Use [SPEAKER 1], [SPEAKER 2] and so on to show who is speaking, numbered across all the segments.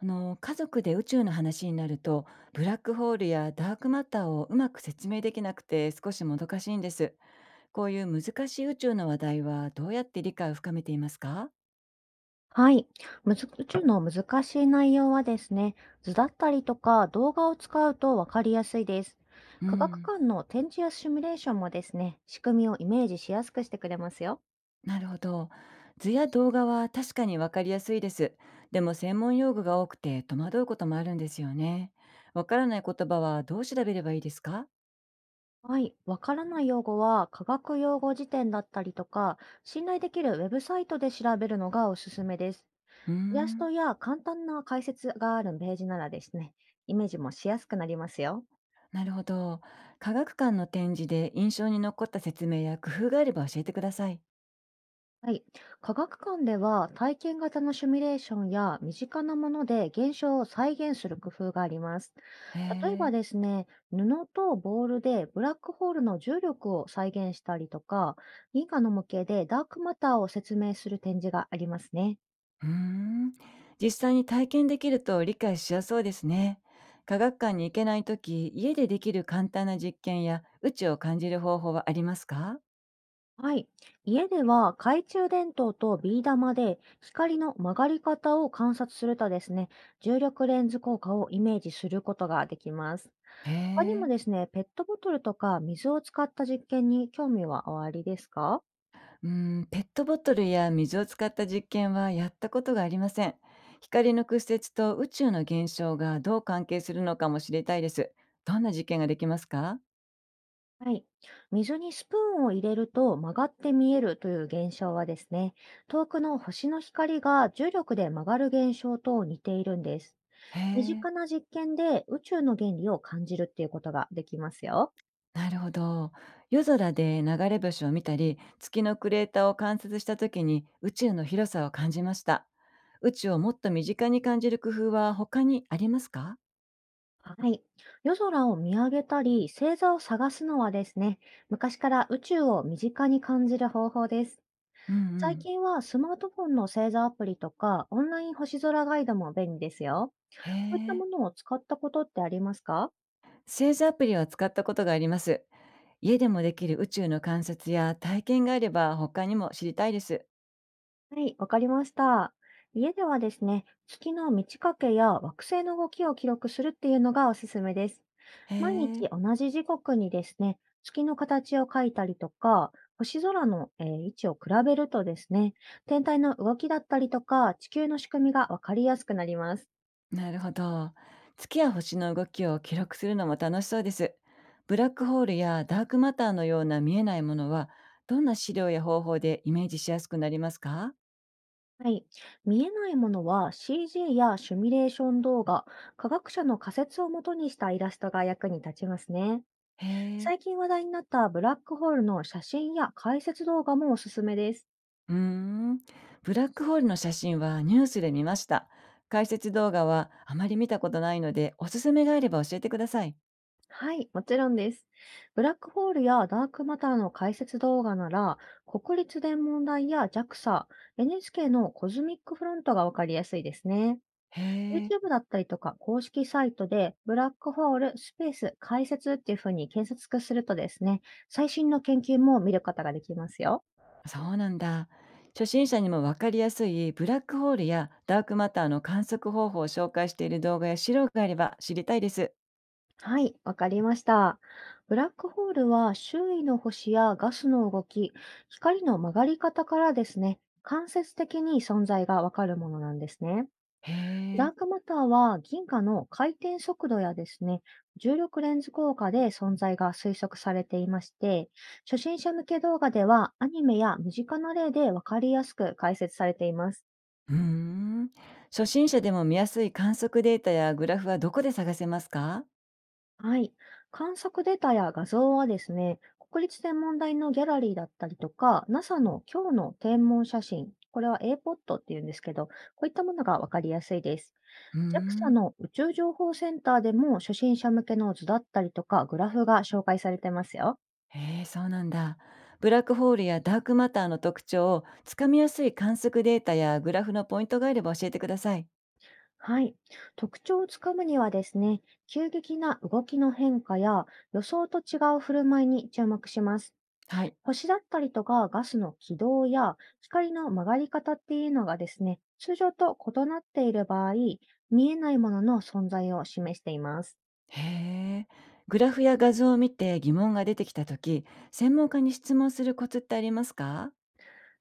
[SPEAKER 1] 家族で宇宙の話になると、ブラックホールやダークマターをうまく説明できなくて少しもどかしいんです。こういう難しい宇宙の話題はどうやって理解を深めていますか？
[SPEAKER 2] はい。むず宇宙の難しい内容はですね、図だったりとか動画を使うとわかりやすいです。
[SPEAKER 1] う
[SPEAKER 2] 科学
[SPEAKER 1] ん。
[SPEAKER 2] 館の展示やシミュレーションもですね、仕組みをイメージしやすくしてくれますよ。
[SPEAKER 1] なるほど。図や動画は確かにわかりやすいです。でも専門用語が多くて戸惑うこともあるんですよね。わからない言葉はどう調べればいいですか？
[SPEAKER 2] はい。わからない用語は科学用語辞典だったりとか、信頼できるウェブサイトで調べるのがおすすめです。
[SPEAKER 1] うー
[SPEAKER 2] イラス
[SPEAKER 1] ん。
[SPEAKER 2] トや簡単な解説があるページならですね、イメージもしやすくなりますよ。
[SPEAKER 1] なるほど。科学館の展示で印象に残った説明や工夫があれば教えてください。
[SPEAKER 2] はい。科学館では体験型のシミュレーションや身近なもので現象を再現する工夫があります。
[SPEAKER 1] へ
[SPEAKER 2] 例えば
[SPEAKER 1] え。
[SPEAKER 2] ですね、布とボールでブラックホールの重力を再現したりとか、銀河の模型でダークマターを説明する展示がありますね。
[SPEAKER 1] うーん、実際に体験できると理解しやすそうですね。科学館に行けないとき、家でできる簡単な実験や宇宙を感じる方法はありますか？
[SPEAKER 2] はい。家では懐中電灯とビー玉で光の曲がり方を観察するとですね、重力レンズ効果をイメージすることができます。
[SPEAKER 1] へ
[SPEAKER 2] 他にも
[SPEAKER 1] え、
[SPEAKER 2] ですね、ペットボトルとか水を使った実験に興味はおありですか？
[SPEAKER 1] うーん、ペットボトルや水を使った実験はやったことがありません。光の屈折と宇宙の現象がどう関係するのかも知りたいです。どんな実験ができますか？
[SPEAKER 2] はい。水にスプーンを入れると曲がって見えるという現象はですね、遠くの星の光が重力で曲がる現象と似ているんです。
[SPEAKER 1] へ
[SPEAKER 2] 身
[SPEAKER 1] え。
[SPEAKER 2] 近な実験で宇宙の原理を感じるっていうことができますよ。
[SPEAKER 1] なるほど。夜空で流れ星を見たり、月のクレーターを観察した時に宇宙の広さを感じました。宇宙をもっと身近に感じる工夫は他にありますか？
[SPEAKER 2] はい。夜空を見上げたり、星座を探すのはですね、昔から宇宙を身近に感じる方法です。
[SPEAKER 1] うんう
[SPEAKER 2] 最
[SPEAKER 1] ん。
[SPEAKER 2] 近はスマートフォンの星座アプリとか、オンライン星空ガイドも便利ですよ。
[SPEAKER 1] へ
[SPEAKER 2] こういった
[SPEAKER 1] え。
[SPEAKER 2] ものを使ったことってありますか？
[SPEAKER 1] 星座アプリは使ったことがあります。家でもできる宇宙の観察や体験があれば他にも知りたいです。
[SPEAKER 2] はい、わかりました。家ではですね、月の満ち欠けや惑星の動きを記録するっていうのがおすすめです。
[SPEAKER 1] へ
[SPEAKER 2] 毎
[SPEAKER 1] え。
[SPEAKER 2] 日同じ時刻にですね、月の形を描いたりとか、星空の、位置を比べるとですね、天体の動きだったりとか、地球の仕組みがわかりやすくなります。
[SPEAKER 1] なるほど。月や星の動きを記録するのも楽しそうです。ブラックホールやダークマターのような見えないものは、どんな資料や方法でイメージしやすくなりますか？
[SPEAKER 2] はい。見えないものは CG やシミュレーション動画、科学者の仮説をもとにしたイラストが役に立ちますね。
[SPEAKER 1] へえ。
[SPEAKER 2] 最近話題になったブラックホールの写真や解説動画もおすすめです。
[SPEAKER 1] うーん。ブラックホールの写真はニュースで見ました。解説動画はあまり見たことないので、おすすめがあれば教えてください。
[SPEAKER 2] はい、もちろんです。ブラックホールやダークマターの解説動画なら、国立天文台や JAXA、NHK のコズミックフロントがわかりやすいですね。
[SPEAKER 1] へえ。
[SPEAKER 2] YouTube だったりとか公式サイトで、ブラックホールスペース解説っていうふうに検索するとですね、最新の研究も見ることができますよ。
[SPEAKER 1] そうなんだ。初心者にもわかりやすいブラックホールやダークマターの観測方法を紹介している動画や資料があれば知りたいです。
[SPEAKER 2] はい、わかりました。ブラックホールは周囲の星やガスの動き、光の曲がり方からですね、間接的に存在がわかるものなんですね。
[SPEAKER 1] へ
[SPEAKER 2] ダー
[SPEAKER 1] え。
[SPEAKER 2] クマターは銀河の回転速度やですね、重力レンズ効果で存在が推測されていまして、初心者向け動画ではアニメや身近な例でわかりやすく解説されています。
[SPEAKER 1] うーん。初心者でも見やすい観測データやグラフはどこで探せますか？
[SPEAKER 2] はい。観測データや画像はですね、国立天文台のギャラリーだったりとか、NASA の今日の天文写真、これは APOD っていうんですけど、こういったものがわかりやすいです。
[SPEAKER 1] うー
[SPEAKER 2] JAXA
[SPEAKER 1] ん。
[SPEAKER 2] の宇宙情報センターでも初心者向けの図だったりとか、グラフが紹介されてますよ。
[SPEAKER 1] へえ、そうなんだ。ブラックホールやダークマターの特徴をつかみやすい観測データやグラフのポイントがあれば教えてください。
[SPEAKER 2] はい。特徴をつかむにはですね、急激な動きの変化や予想と違う振る舞いに注目します。
[SPEAKER 1] はい。
[SPEAKER 2] 星だったりとかガスの軌道や光の曲がり方っていうのがですね、通常と異なっている場合、見えないものの存在を示しています。
[SPEAKER 1] へえ。グラフや画像を見て疑問が出てきたとき、専門家に質問するコツってありますか？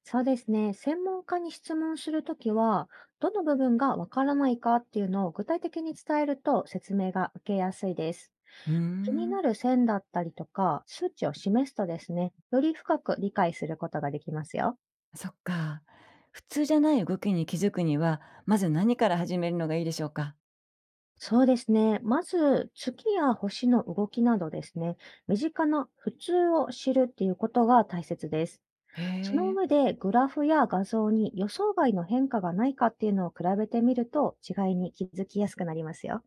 [SPEAKER 2] そうですね、専門家に質問するときは、どの部分がわからないかっていうのを具体的に伝えると説明が受けやすいです。
[SPEAKER 1] うー
[SPEAKER 2] 気に
[SPEAKER 1] ん。
[SPEAKER 2] なる線だったりとか、数値を示すとですね、より深く理解することができますよ。
[SPEAKER 1] そっか。普通じゃない動きに気づくには、まず何から始めるのがいいでしょうか？
[SPEAKER 2] そうですね。まず、月や星の動きなどですね、身近な普通を知るっていうことが大切です。
[SPEAKER 1] へ
[SPEAKER 2] その
[SPEAKER 1] え。
[SPEAKER 2] 上で、グラフや画像に予想外の変化がないかっていうのを比べてみると、違いに気づきやすくなりますよ。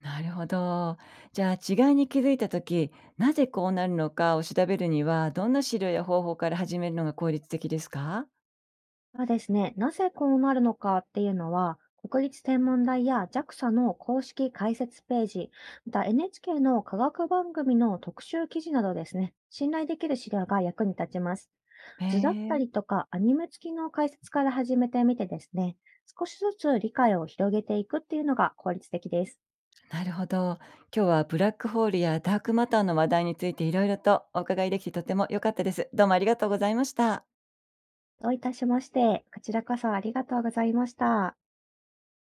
[SPEAKER 1] なるほど。じゃあ違いに気づいた時、なぜこうなるのかを調べるには、どんな資料や方法から始めるのが効率的ですか？
[SPEAKER 2] まあですね、なぜこうなるのかっていうのは、国立天文台や JAXA の公式解説ページ、また NHK の科学番組の特集記事などですね、信頼できる資料が役に立ちます。
[SPEAKER 1] へ
[SPEAKER 2] 図だっ
[SPEAKER 1] え、
[SPEAKER 2] たりとかアニメ付きの解説から始めてみてですね、少しずつ理解を広げていくっていうのが効率的です。
[SPEAKER 1] なるほど。今日はブラックホールやダークマターの話題についていろいろとお伺いできてとても良かったです。どうもありがとうございました。
[SPEAKER 2] どういたしまして、こちらこそありがとうございました。